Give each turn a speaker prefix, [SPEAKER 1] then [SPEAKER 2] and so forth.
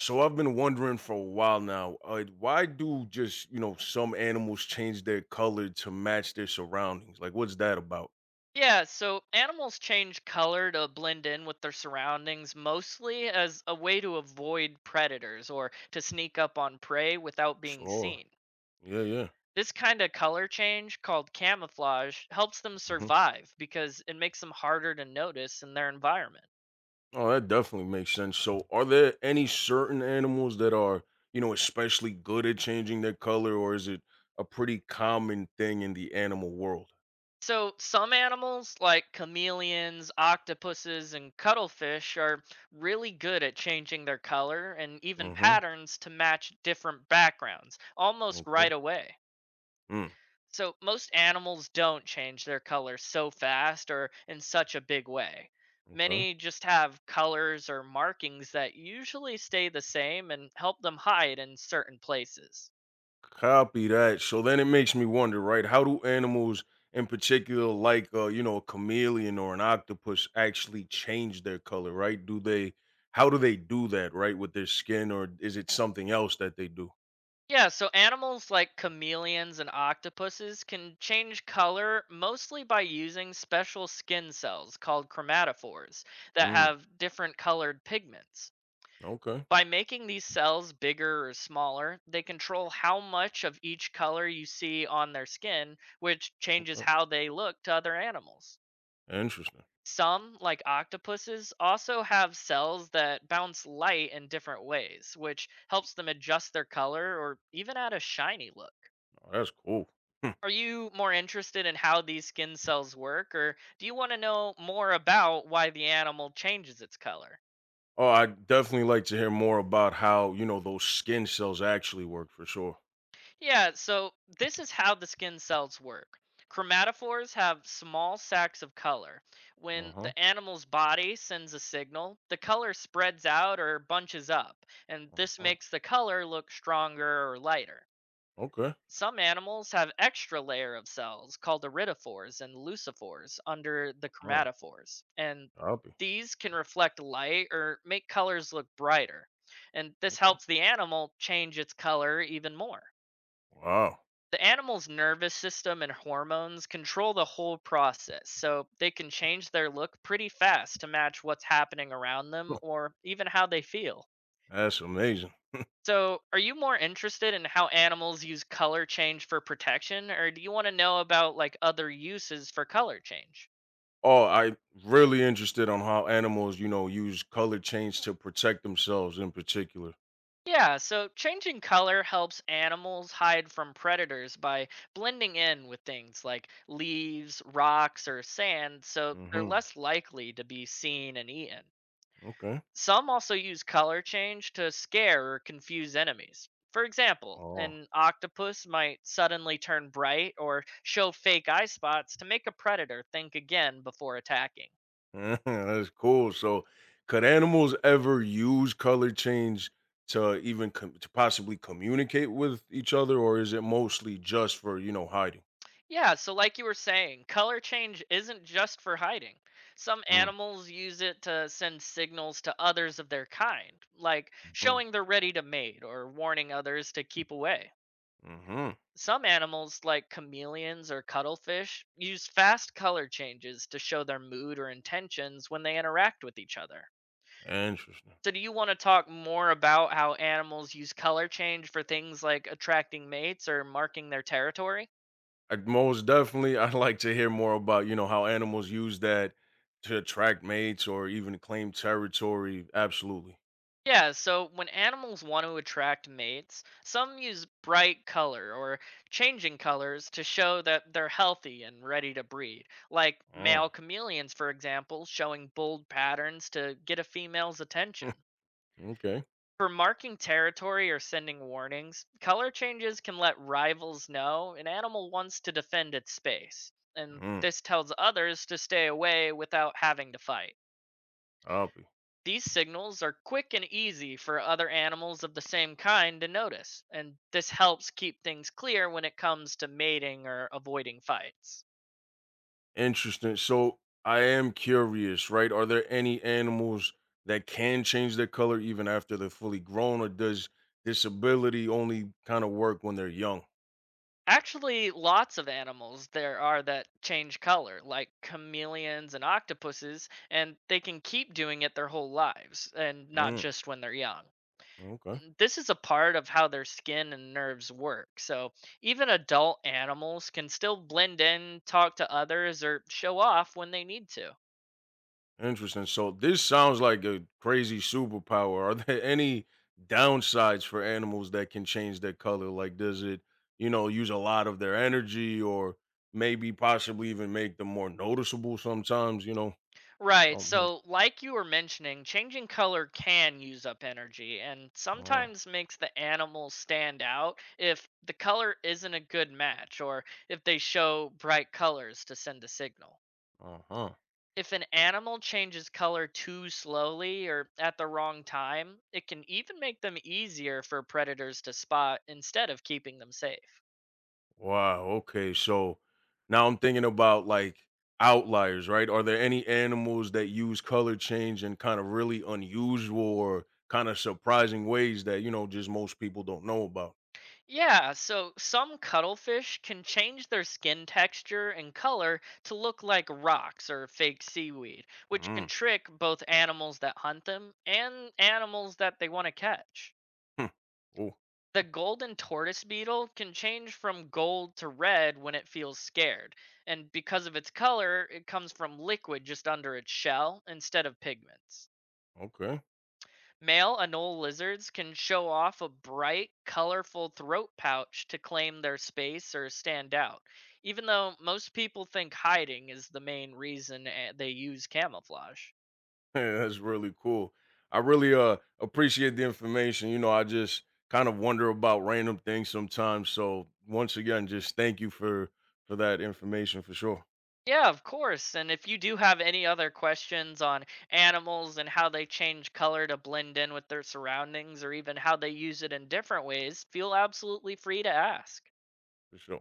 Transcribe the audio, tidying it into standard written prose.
[SPEAKER 1] So I've been wondering for a while now, why do just some animals change their color to match their surroundings? Like, what's that about?
[SPEAKER 2] Yeah, so animals change color to blend in with their surroundings mostly as a way to avoid predators or to sneak up on prey without being
[SPEAKER 1] Sure.
[SPEAKER 2] seen.
[SPEAKER 1] Yeah, yeah.
[SPEAKER 2] This kind of color change, called camouflage, helps them
[SPEAKER 1] Hmm.
[SPEAKER 2] survive because it makes them harder to notice in their environment.
[SPEAKER 1] Oh, that definitely makes sense. So, are there any certain animals that are especially good at changing their color, or is it a pretty common thing in the animal world?
[SPEAKER 2] So, some animals, like chameleons, octopuses, and cuttlefish, are really good at changing their color and even
[SPEAKER 1] Mm-hmm.
[SPEAKER 2] patterns to match different backgrounds almost right
[SPEAKER 1] Okay.
[SPEAKER 2] away.
[SPEAKER 1] Mm,
[SPEAKER 2] So most animals don't change their color so fast or in such a big way.
[SPEAKER 1] okay.
[SPEAKER 2] Many just have colors or markings that usually stay the same and help them hide in certain places.
[SPEAKER 1] Copy that. So then it makes me wonder, right? How do animals in particular, like a chameleon or an octopus, actually change their color, right? Do they How do they do that, right? With their skin, or is it something else that they do?
[SPEAKER 2] Yeah, so animals like chameleons and octopuses can change color mostly by using special skin cells called chromatophores that
[SPEAKER 1] Mm,
[SPEAKER 2] have different colored pigments.
[SPEAKER 1] okay.
[SPEAKER 2] By making these cells bigger or smaller, they control how much of each color you see on their skin, which changes
[SPEAKER 1] Okay.
[SPEAKER 2] how they look to other animals.
[SPEAKER 1] Interesting.
[SPEAKER 2] Some, like octopuses, also have cells that bounce light in different ways, which helps them adjust their color or even add a shiny look.
[SPEAKER 1] Oh, that's cool. Hmm.
[SPEAKER 2] Are you more interested in how these skin cells work, or do you want to know more about why the animal changes its color?
[SPEAKER 1] Oh, I definitely like to hear more about how, those skin cells actually work for sure.
[SPEAKER 2] Yeah, so this is how the skin cells work. Chromatophores have small sacs of color. When
[SPEAKER 1] Uh-huh.
[SPEAKER 2] the animal's body sends a signal, the color spreads out or bunches up, and this
[SPEAKER 1] Uh-huh.
[SPEAKER 2] makes the color look stronger or lighter.
[SPEAKER 1] Okay.
[SPEAKER 2] Some animals have extra layer of cells called iridophores and lucifores under the
[SPEAKER 1] All right.
[SPEAKER 2] chromatophores, and
[SPEAKER 1] Copy.
[SPEAKER 2] these can reflect light or make colors look brighter. And this
[SPEAKER 1] Okay.
[SPEAKER 2] helps the animal change its color even more.
[SPEAKER 1] Wow.
[SPEAKER 2] The animal's nervous system and hormones control the whole process, so they can change their look pretty fast to match what's happening around them or even how they feel.
[SPEAKER 1] That's amazing.
[SPEAKER 2] So, are you more interested in how animals use color change for protection or do you want to know about like other uses for color change?
[SPEAKER 1] Oh, I really interested on how animals, use color change to protect themselves in particular.
[SPEAKER 2] Yeah, so changing color helps animals hide from predators by blending in with things like leaves, rocks, or sand, so they're
[SPEAKER 1] Hmm.
[SPEAKER 2] less likely to be seen and eaten.
[SPEAKER 1] Okay.
[SPEAKER 2] Some also use color change to scare or confuse enemies. For example,
[SPEAKER 1] Oh,
[SPEAKER 2] an octopus might suddenly turn bright or show fake eye spots to make a predator think again before attacking.
[SPEAKER 1] that's cool. So, could animals ever use color change to possibly communicate with each other, or is it mostly just for hiding?
[SPEAKER 2] Yeah, so like you were saying, color change isn't just for hiding. Some
[SPEAKER 1] Mm-hmm.
[SPEAKER 2] animals use it to send signals to others of their kind, like showing they're ready to mate or warning others to keep away.
[SPEAKER 1] Hmm.
[SPEAKER 2] Some animals, like chameleons or cuttlefish, use fast color changes to show their mood or intentions when they interact with each other.
[SPEAKER 1] Interesting.
[SPEAKER 2] So, do you want to talk more about how animals use color change for things like attracting mates or marking their territory?
[SPEAKER 1] Most definitely, I'd like to hear more about how animals use that to attract mates or even claim territory. Absolutely.
[SPEAKER 2] Yeah, so when animals want to attract mates, some use bright color or changing colors to show that they're healthy and ready to breed, like
[SPEAKER 1] Mm.
[SPEAKER 2] male chameleons, for example, showing bold patterns to get a female's
[SPEAKER 1] Hmm.
[SPEAKER 2] attention.
[SPEAKER 1] Okay.
[SPEAKER 2] For marking territory or sending warnings, color changes can let rivals know an animal wants to defend its space, and
[SPEAKER 1] Mm.
[SPEAKER 2] this tells others to stay away without having to fight.
[SPEAKER 1] I'll be
[SPEAKER 2] These signals are quick and easy for other animals of the same kind to notice, and this helps keep things clear when it comes to mating or avoiding fights.
[SPEAKER 1] interesting. So I am curious, right? Are there any animals that can change their color even after they're fully grown, or does disability only kind of work when they're young?
[SPEAKER 2] Actually, lots of animals there are that change color, like chameleons and octopuses, and they can keep doing it their whole lives, and not
[SPEAKER 1] Mm,
[SPEAKER 2] just when they're young.
[SPEAKER 1] okay.
[SPEAKER 2] This is a part of how their skin and nerves work, so even adult animals can still blend in, talk to others, or show off when they need to.
[SPEAKER 1] Interesting. So this sounds like a crazy superpower. Are there any downsides for animals that can change their color? Like, does it, use a lot of their energy or maybe possibly even make them more noticeable sometimes, you know?
[SPEAKER 2] Right.
[SPEAKER 1] Something like.
[SPEAKER 2] So, like you were mentioning, changing color can use up energy and
[SPEAKER 1] Uh-huh.
[SPEAKER 2] sometimes makes the animal stand out if the color isn't a good match or if they show bright colors to send a signal.
[SPEAKER 1] Uh-huh.
[SPEAKER 2] If an animal changes color too slowly or at the wrong time, it can even make them easier for predators to spot instead of keeping them safe.
[SPEAKER 1] Wow, okay, so now I'm thinking about, like, outliers, right? Are there any animals that use color change in kinda really unusual or kinda surprising ways that, just most people don't know about?
[SPEAKER 2] Yeah, so some cuttlefish can change their skin texture and color to look like rocks or fake seaweed, which can
[SPEAKER 1] Mm,
[SPEAKER 2] trick both animals that hunt them and animals that they want to catch.
[SPEAKER 1] hmm. Oh,
[SPEAKER 2] The golden tortoise beetle can change from gold to red when it feels scared, and because of its color, it comes from liquid just under its shell instead of pigments.
[SPEAKER 1] okay.
[SPEAKER 2] Male anole lizards can show off a bright, colorful throat pouch to claim their space or stand out, even though most people think hiding is the main reason they use camouflage.
[SPEAKER 1] Yeah, that's really cool. I really, appreciate the information, I just kind of wonder about random things sometimes, so once again, just thank you for that information for sure,
[SPEAKER 2] Yeah, of course. And if you do have any other questions on animals and how they change color to blend in with their surroundings or even how they use it in different ways, feel absolutely free to ask.
[SPEAKER 1] for sure.